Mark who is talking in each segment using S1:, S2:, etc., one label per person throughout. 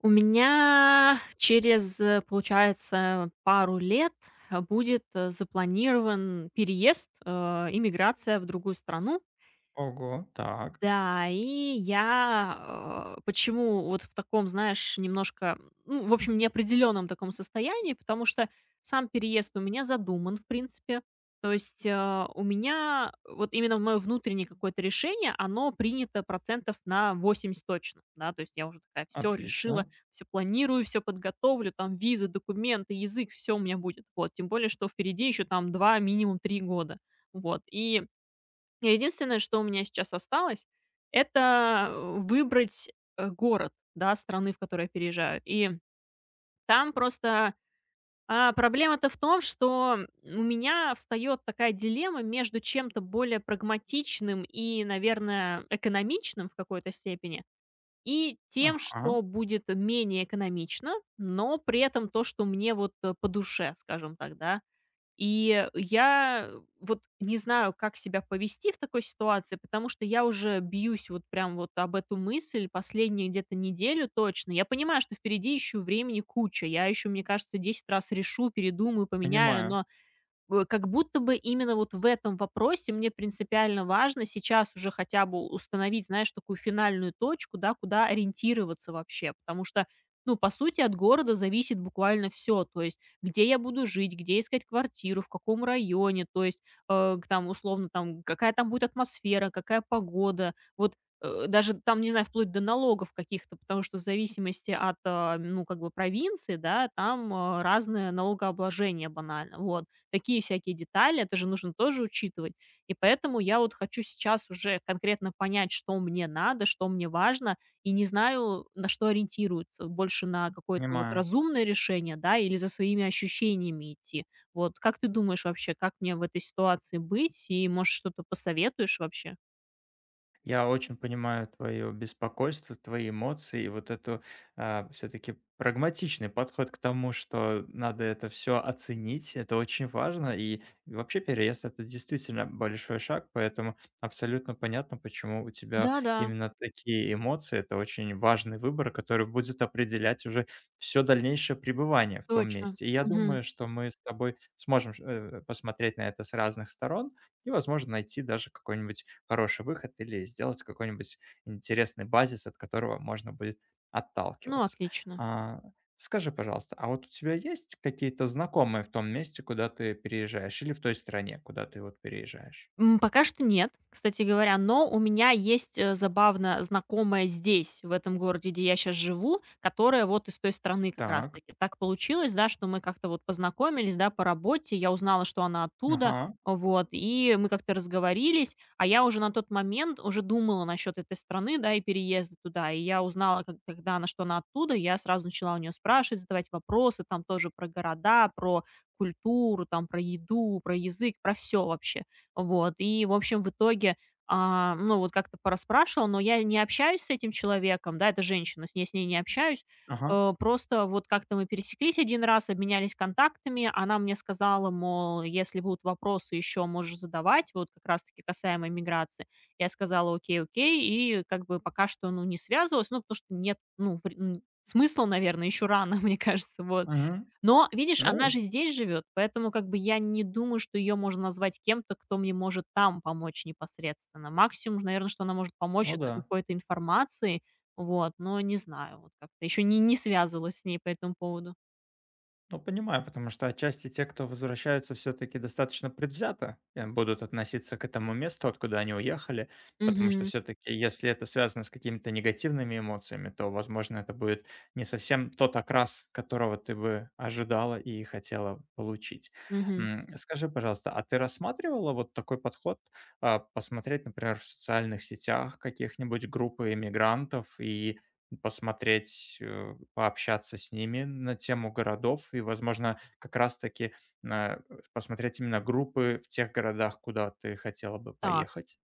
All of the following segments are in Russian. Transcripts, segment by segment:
S1: У меня через, получается, пару лет, будет, запланирован переезд, и в другую страну.
S2: Ого, так,
S1: Да, и я, почему вот в таком, знаешь, немножко, ну, в общем, неопределенном таком состоянии, потому что сам переезд у меня задуман, в принципе. То есть у меня вот именно мое внутреннее какое-то решение, оно принято процентов на 80 точно, да, то есть я уже такая все решила,
S2: отлично.
S1: все планирую, все подготовлю, там визы, документы, язык, все у меня будет, вот, тем более, что впереди еще там 2, минимум 3 года, вот, и единственное, что у меня сейчас осталось, это выбрать, город, да, страны, в которую я переезжаю. И там просто, проблема-то в том, что у меня встает такая дилемма между чем-то более прагматичным и, наверное, экономичным в какой-то степени, и тем,
S2: Ага,
S1: что будет менее экономично, но при этом то, что мне вот, по душе, скажем так, да. И я вот не знаю, как себя повести в такой ситуации, потому что я уже бьюсь вот прям вот об эту мысль последнюю где-то неделю точно. Я понимаю, что впереди еще времени куча. Я еще, мне кажется, 10 раз решу, передумаю, поменяю,
S2: понимаю,
S1: но как будто бы именно вот в этом вопросе мне принципиально важно сейчас уже хотя бы установить, знаешь, такую финальную точку, да, куда ориентироваться вообще, потому что ну, по сути, от города зависит буквально все. То есть, где я буду жить, где искать квартиру, в каком районе, то есть, э, к там, условно, там, какая там будет атмосфера, какая погода. Вот даже там, не знаю, вплоть до налогов каких-то, потому что в зависимости от, ну, как бы провинции, да, там разное налогообложение банально. Вот такие всякие детали, это же нужно тоже учитывать. И поэтому я вот хочу сейчас уже конкретно понять, что мне надо, что мне важно, и не знаю, на что ориентируется. Больше на какое-то вот
S2: понимаю.
S1: разумное решение, да, или за своими ощущениями идти. Вот как ты думаешь вообще, как мне в этой ситуации быть? И, может, что-то посоветуешь вообще?
S2: Я очень понимаю твое беспокойство, твои эмоции и вот эту все-таки прагматичный подход к тому, что надо это все оценить. Это очень важно. И вообще переезд это действительно большой шаг, поэтому абсолютно понятно, почему у тебя
S1: Да-да,
S2: именно такие эмоции. Это очень важный выбор, который будет определять уже все дальнейшее пребывание в том
S1: точно.
S2: месте. И я
S1: Мгм.
S2: думаю, что мы с тобой сможем посмотреть на это с разных сторон и, возможно, найти даже какой-нибудь хороший выход или сделать какой-нибудь интересный базис, от которого можно будет
S1: Ну,
S2: отталкиваться.
S1: отлично.
S2: А, Скажи, пожалуйста, а вот у тебя есть какие-то знакомые в том месте, куда ты переезжаешь, или в той стране, куда ты вот переезжаешь?
S1: М, пока что нет, кстати говоря, но у меня есть, забавно знакомая здесь, в этом городе, где я сейчас живу, которая вот из той страны как раз
S2: Так.
S1: таки. Так получилось, да, что мы как-то вот познакомились, да, по работе. Я узнала, что она оттуда,
S2: Ага,
S1: вот, и мы как-то разговорились, а я уже на тот момент уже думала насчет этой страны, да, и переезда туда. И я узнала, как когда она, что она оттуда, я сразу начала у нее спрашивать, задавать вопросы там тоже про города, про культуру, там про еду, про язык, про все вообще. Вот. И, в общем, в итоге, ну, вот как-то пораспрашивала, но я не общаюсь с этим человеком, да, это женщина, с ней не общаюсь.
S2: ага,
S1: Просто вот как-то мы пересеклись один раз, обменялись контактами, она мне сказала, мол, если будут вопросы еще, можешь задавать, вот как раз-таки касаемо миграции. Я сказала, окей, окей, и как бы пока что, ну, не связывалась, ну, потому что нет, ну, смысла, наверное, еще рано, мне кажется, вот.
S2: мгм.
S1: Но, видишь, она
S2: Ну,
S1: же здесь живет, поэтому как бы я не думаю, что ее можно назвать кем-то, кто мне может там помочь непосредственно. Максимум, наверное, что она может помочь,
S2: ну
S1: это
S2: да.
S1: какой-то информацией, вот, но не знаю, вот как-то еще не связывалась с ней по этому поводу.
S2: Ну, понимаю, потому что отчасти те, кто возвращаются, все-таки достаточно предвзято будут относиться к этому месту, откуда они уехали, потому что
S1: Угу,
S2: все-таки, если это связано с какими-то негативными эмоциями, то, возможно, это будет не совсем тот окрас, которого ты бы ожидала и хотела получить.
S1: угу,
S2: Скажи, пожалуйста, а ты рассматривала вот такой подход, посмотреть, например, в социальных сетях каких-нибудь группы иммигрантов и посмотреть, пообщаться с ними на тему городов и, возможно, как раз-таки посмотреть именно группы в тех городах, куда ты хотела бы
S1: так.
S2: поехать.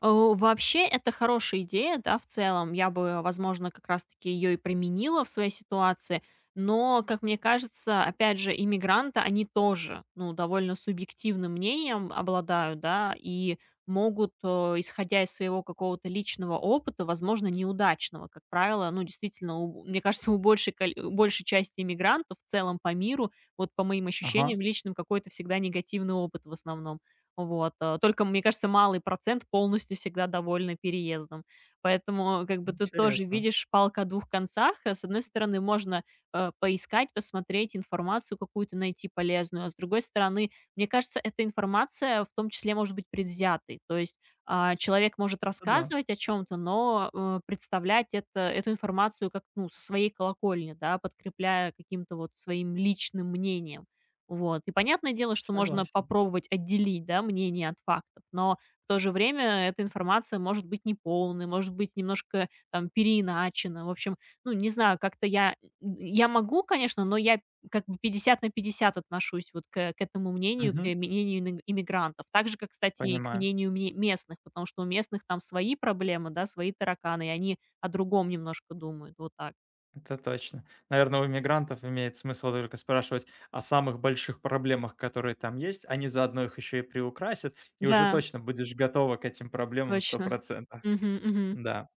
S1: О, вообще, это хорошая идея, да, в целом. Я бы, возможно, как раз-таки ее и применила в своей ситуации. Но, как мне кажется, опять же, иммигранты, они тоже, ну, довольно субъективным мнением обладают, да, и могут, исходя из своего какого-то личного опыта, возможно, неудачного, как правило, ну, действительно, мне кажется, у большей, у большей части иммигрантов в целом по миру, вот по моим
S2: Ага,
S1: ощущениям личным, какой-то всегда негативный опыт в основном. Вот, только, мне кажется, малый процент полностью всегда довольны переездом. Поэтому, как бы, ты тоже
S2: интересно.
S1: видишь палка о двух концах. С одной стороны, можно поискать, посмотреть информацию какую-то найти полезную, а с другой стороны, мне кажется, эта информация в том числе может быть предвзятой. То есть человек может
S2: Это да,
S1: рассказывать о чем-то, но представлять это, эту информацию как, ну, со своей колокольни, да, подкрепляя каким-то вот своим личным мнением. Вот. И понятное дело, что можно
S2: согласен.
S1: попробовать отделить, да, мнение от фактов, но в то же время эта информация может быть неполной, может быть немножко там переиначена. В общем, ну, не знаю, как-то я могу, конечно, но я как бы 50 на 50 отношусь вот к этому мнению, к
S2: Мгм,
S1: мнению ин иммигрантов. Так же, как, кстати, и к
S2: понимаю.
S1: мнению ме местных, потому что у местных там свои проблемы, да, свои тараканы, и они о другом немножко думают. Вот так.
S2: Это точно. Наверное, у иммигрантов имеет смысл только спрашивать о самых больших проблемах, которые там есть. Они заодно их еще и приукрасят, и уже
S1: Да,
S2: точно будешь готова к этим проблемам сто
S1: точно.
S2: процентов.
S1: Мгм, мгм.
S2: Да.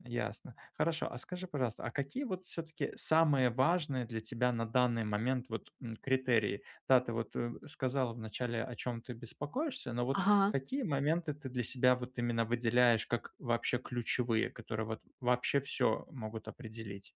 S2: Ясно. Хорошо. А скажи, пожалуйста, а какие вот все-таки самые важные для тебя на данный момент критерии? Да, ты сказала вначале, о чем ты беспокоишься, но вот
S1: Ага.
S2: какие моменты ты для себя вот именно выделяешь как вообще ключевые, которые вот вообще все могут определить?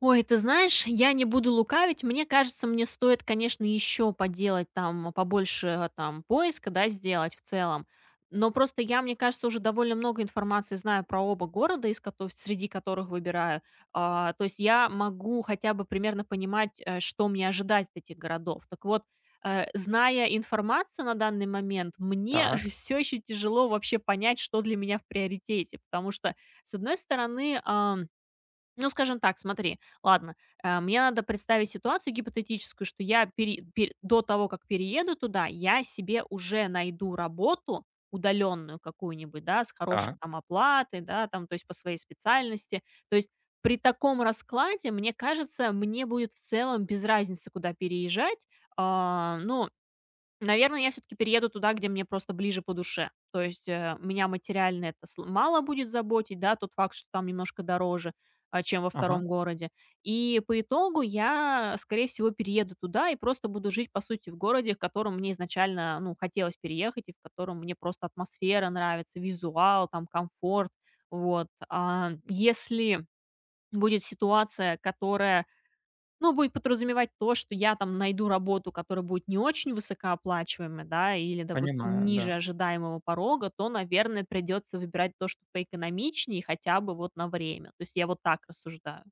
S1: Ой, ты знаешь, я не буду лукавить. Мне кажется, мне стоит, конечно, еще поделать там побольше там поиска, да, сделать в целом. Но просто я, мне кажется, уже довольно много информации знаю про оба города, среди которых выбираю. То есть я могу хотя бы примерно понимать, что мне ожидать от этих городов. Так вот, зная информацию на данный момент, мне
S2: Так,
S1: все еще тяжело вообще понять, что для меня в приоритете. Потому что, с одной стороны, ну, скажем так, смотри, ладно, мне надо представить ситуацию гипотетическую, что я пере пер до того, как перееду туда, я себе уже найду работу удаленную какую-нибудь, да, с хорошей
S2: так,
S1: там оплатой, да, там, то есть по своей специальности. То есть при таком раскладе, мне кажется, мне будет в целом без разницы, куда переезжать. Ну, наверное, я все таки перееду туда, где мне просто ближе по душе. То есть, меня материально это сл мало будет заботить, да, тот факт, что там немножко дороже, чем во
S2: ага,
S1: втором городе. И по итогу я, скорее всего, перееду туда и просто буду жить, по сути, в городе, в котором мне изначально, ну, хотелось переехать и в котором мне просто атмосфера нравится, визуал, там комфорт. Вот. А если будет ситуация, которая ну, будет подразумевать то, что я там найду работу, которая будет не очень высокооплачиваемая, да, или, допустим,
S2: понимаю,
S1: ниже
S2: да.
S1: ожидаемого порога, то, наверное, придется выбирать то, что поэкономичнее, хотя бы вот на время. То есть я вот так рассуждаю.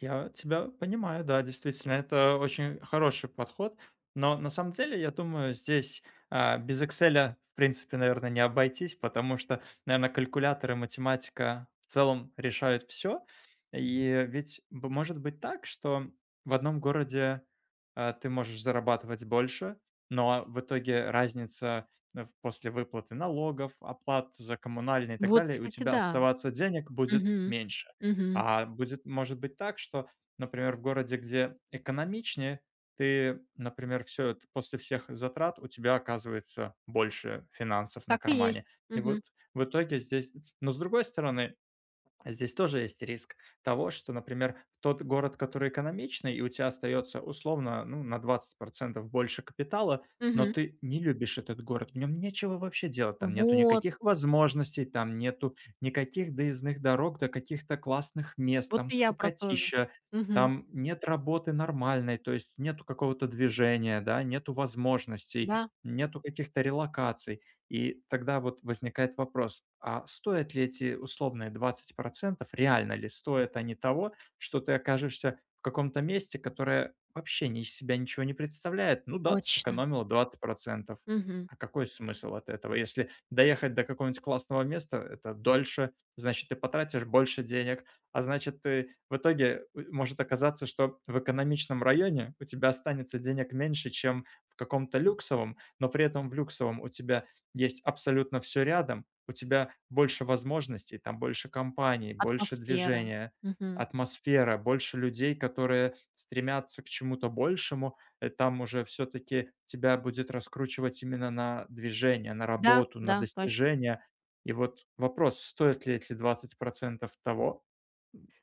S2: Я тебя понимаю, да, действительно, это очень хороший подход. Но на самом деле, я думаю, здесь без Excel, в принципе, наверное, не обойтись, потому что, наверное, калькулятор и математика в целом решают все. И ведь может быть так, что в одном городе ты можешь зарабатывать больше, но в итоге разница после выплаты налогов, оплат за коммунальные и так
S1: Вот,
S2: далее, у
S1: кстати,
S2: тебя
S1: да.
S2: оставаться денег будет
S1: Мгм.
S2: меньше.
S1: Мгм.
S2: А будет, может быть так, что, например, в городе, где экономичнее, ты, например, все это после всех затрат у тебя оказывается больше финансов на
S1: Так и есть.
S2: кармане. И
S1: Мгм.
S2: вот в итоге здесь но с другой стороны здесь тоже есть риск того, что, например, в тот город, который экономичный, и у тебя остается условно ну, на 20% больше капитала, но
S1: Мгм.
S2: ты не любишь этот город, в нем нечего вообще делать, там нету
S1: Вот.
S2: никаких возможностей, там нету никаких доездных дорог до каких-то классных мест,
S1: Вот
S2: там
S1: и я про то же.
S2: скукотища,
S1: Мгм.
S2: там нет работы нормальной, то есть нету какого-то движения, да, нету возможностей,
S1: Да,
S2: нету каких-то релокаций. И тогда вот возникает вопрос, а стоят ли эти условные двадцать процентов реально ли стоят они того, что ты окажешься в каком-то месте, которое вообще ни из себя ничего не представляет? Ну да, ты
S1: точно.
S2: сэкономила двадцать процентов.
S1: Мгм.
S2: А какой смысл от этого? Если доехать до какого-нибудь классного места, это дольше, значит, ты потратишь больше денег, а значит, ты в итоге может оказаться, что в экономичном районе у тебя останется денег меньше, чем в каком-то люксовом, но при этом в люксовом у тебя есть абсолютно все рядом, у тебя больше возможностей, там больше компаний, больше
S1: Атмосфера.
S2: движения,
S1: Мгм.
S2: атмосфера, больше людей, которые стремятся к чему-то большему. Там уже все таки тебя будет раскручивать именно на движение, на
S1: Да,
S2: работу, на
S1: да, точно.
S2: достижения. И вот вопрос, стоят ли эти 20% того,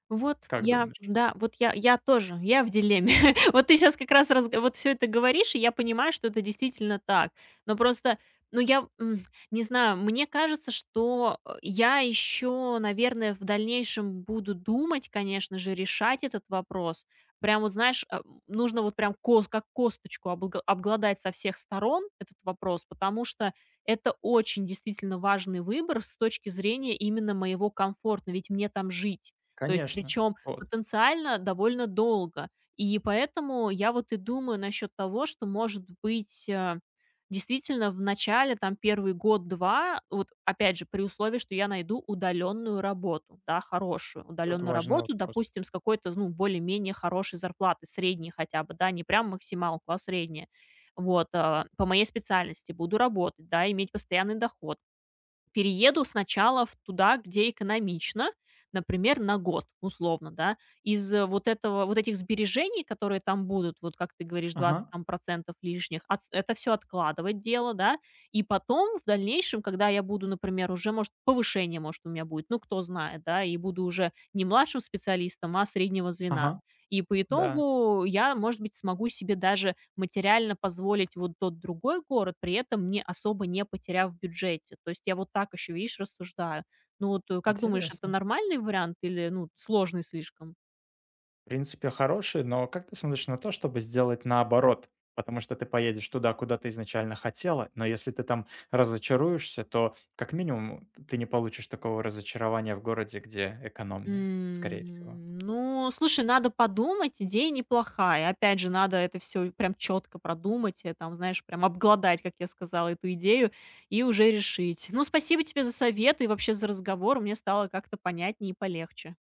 S1: Вот
S2: как
S1: я,
S2: думаешь?
S1: да, вот я тоже, я в дилемме. Вот ты сейчас как раз вот все это говоришь, и я понимаю, что это действительно так. Но просто, ну, я, не знаю, мне кажется, что, я еще, наверное, в дальнейшем буду думать, конечно же, решать этот вопрос. Прям вот, знаешь, нужно вот прям кос как косточку облго обглодать со всех сторон этот вопрос, потому что это очень действительно важный выбор с точки зрения именно моего комфорта, ведь мне там жить. То есть
S2: Конечно,
S1: причем
S2: вот,
S1: потенциально довольно долго. И поэтому я вот и думаю насчет того, что, может быть, действительно в начале, там, первый год два вот опять же, при условии, что я найду удаленную работу, да, хорошую
S2: тут
S1: удаленную
S2: важный
S1: работу,
S2: вопрос.
S1: допустим, с какой-то, ну, более-менее хорошей зарплаты средней хотя бы, да, не прям максималку, а средняя. Вот, по моей специальности буду работать, да, иметь постоянный доход, перееду сначала в туда, где экономично, например, на год, условно, да. Вот этого вот этих сбережений, которые там будут, вот как ты говоришь,
S2: Ага,
S1: 20 там процентов лишних, отс это все откладывать дело, да. И потом, в дальнейшем, когда я буду, например, уже, может, повышение, может, у меня будет, ну, кто знает, да, и буду уже не младшим специалистом, а среднего
S2: ага,
S1: звена. И по
S2: да,
S1: итогу я, может быть, смогу себе даже материально позволить вот тот другой город, при этом не особо не потеряв в бюджете. То есть я вот так еще, видишь, рассуждаю. Ну вот как думаешь, это
S2: интересно.
S1: нормальный вариант или ну сложный слишком?
S2: В принципе, хороший, но как ты смотришь на то, чтобы сделать наоборот? Потому что ты поедешь туда, куда ты изначально хотела, но если ты там разочаруешься, то как минимум ты не получишь такого разочарования в городе, где экономнее, скорее всего.
S1: М, ну, слушай, надо подумать, идея неплохая. Опять же, надо это все прям четко продумать, там, знаешь, прям обглодать, как я сказала, эту идею и уже решить. Ну, спасибо тебе за совет и вообще за разговор. Мне стало как-то понятнее и полегче.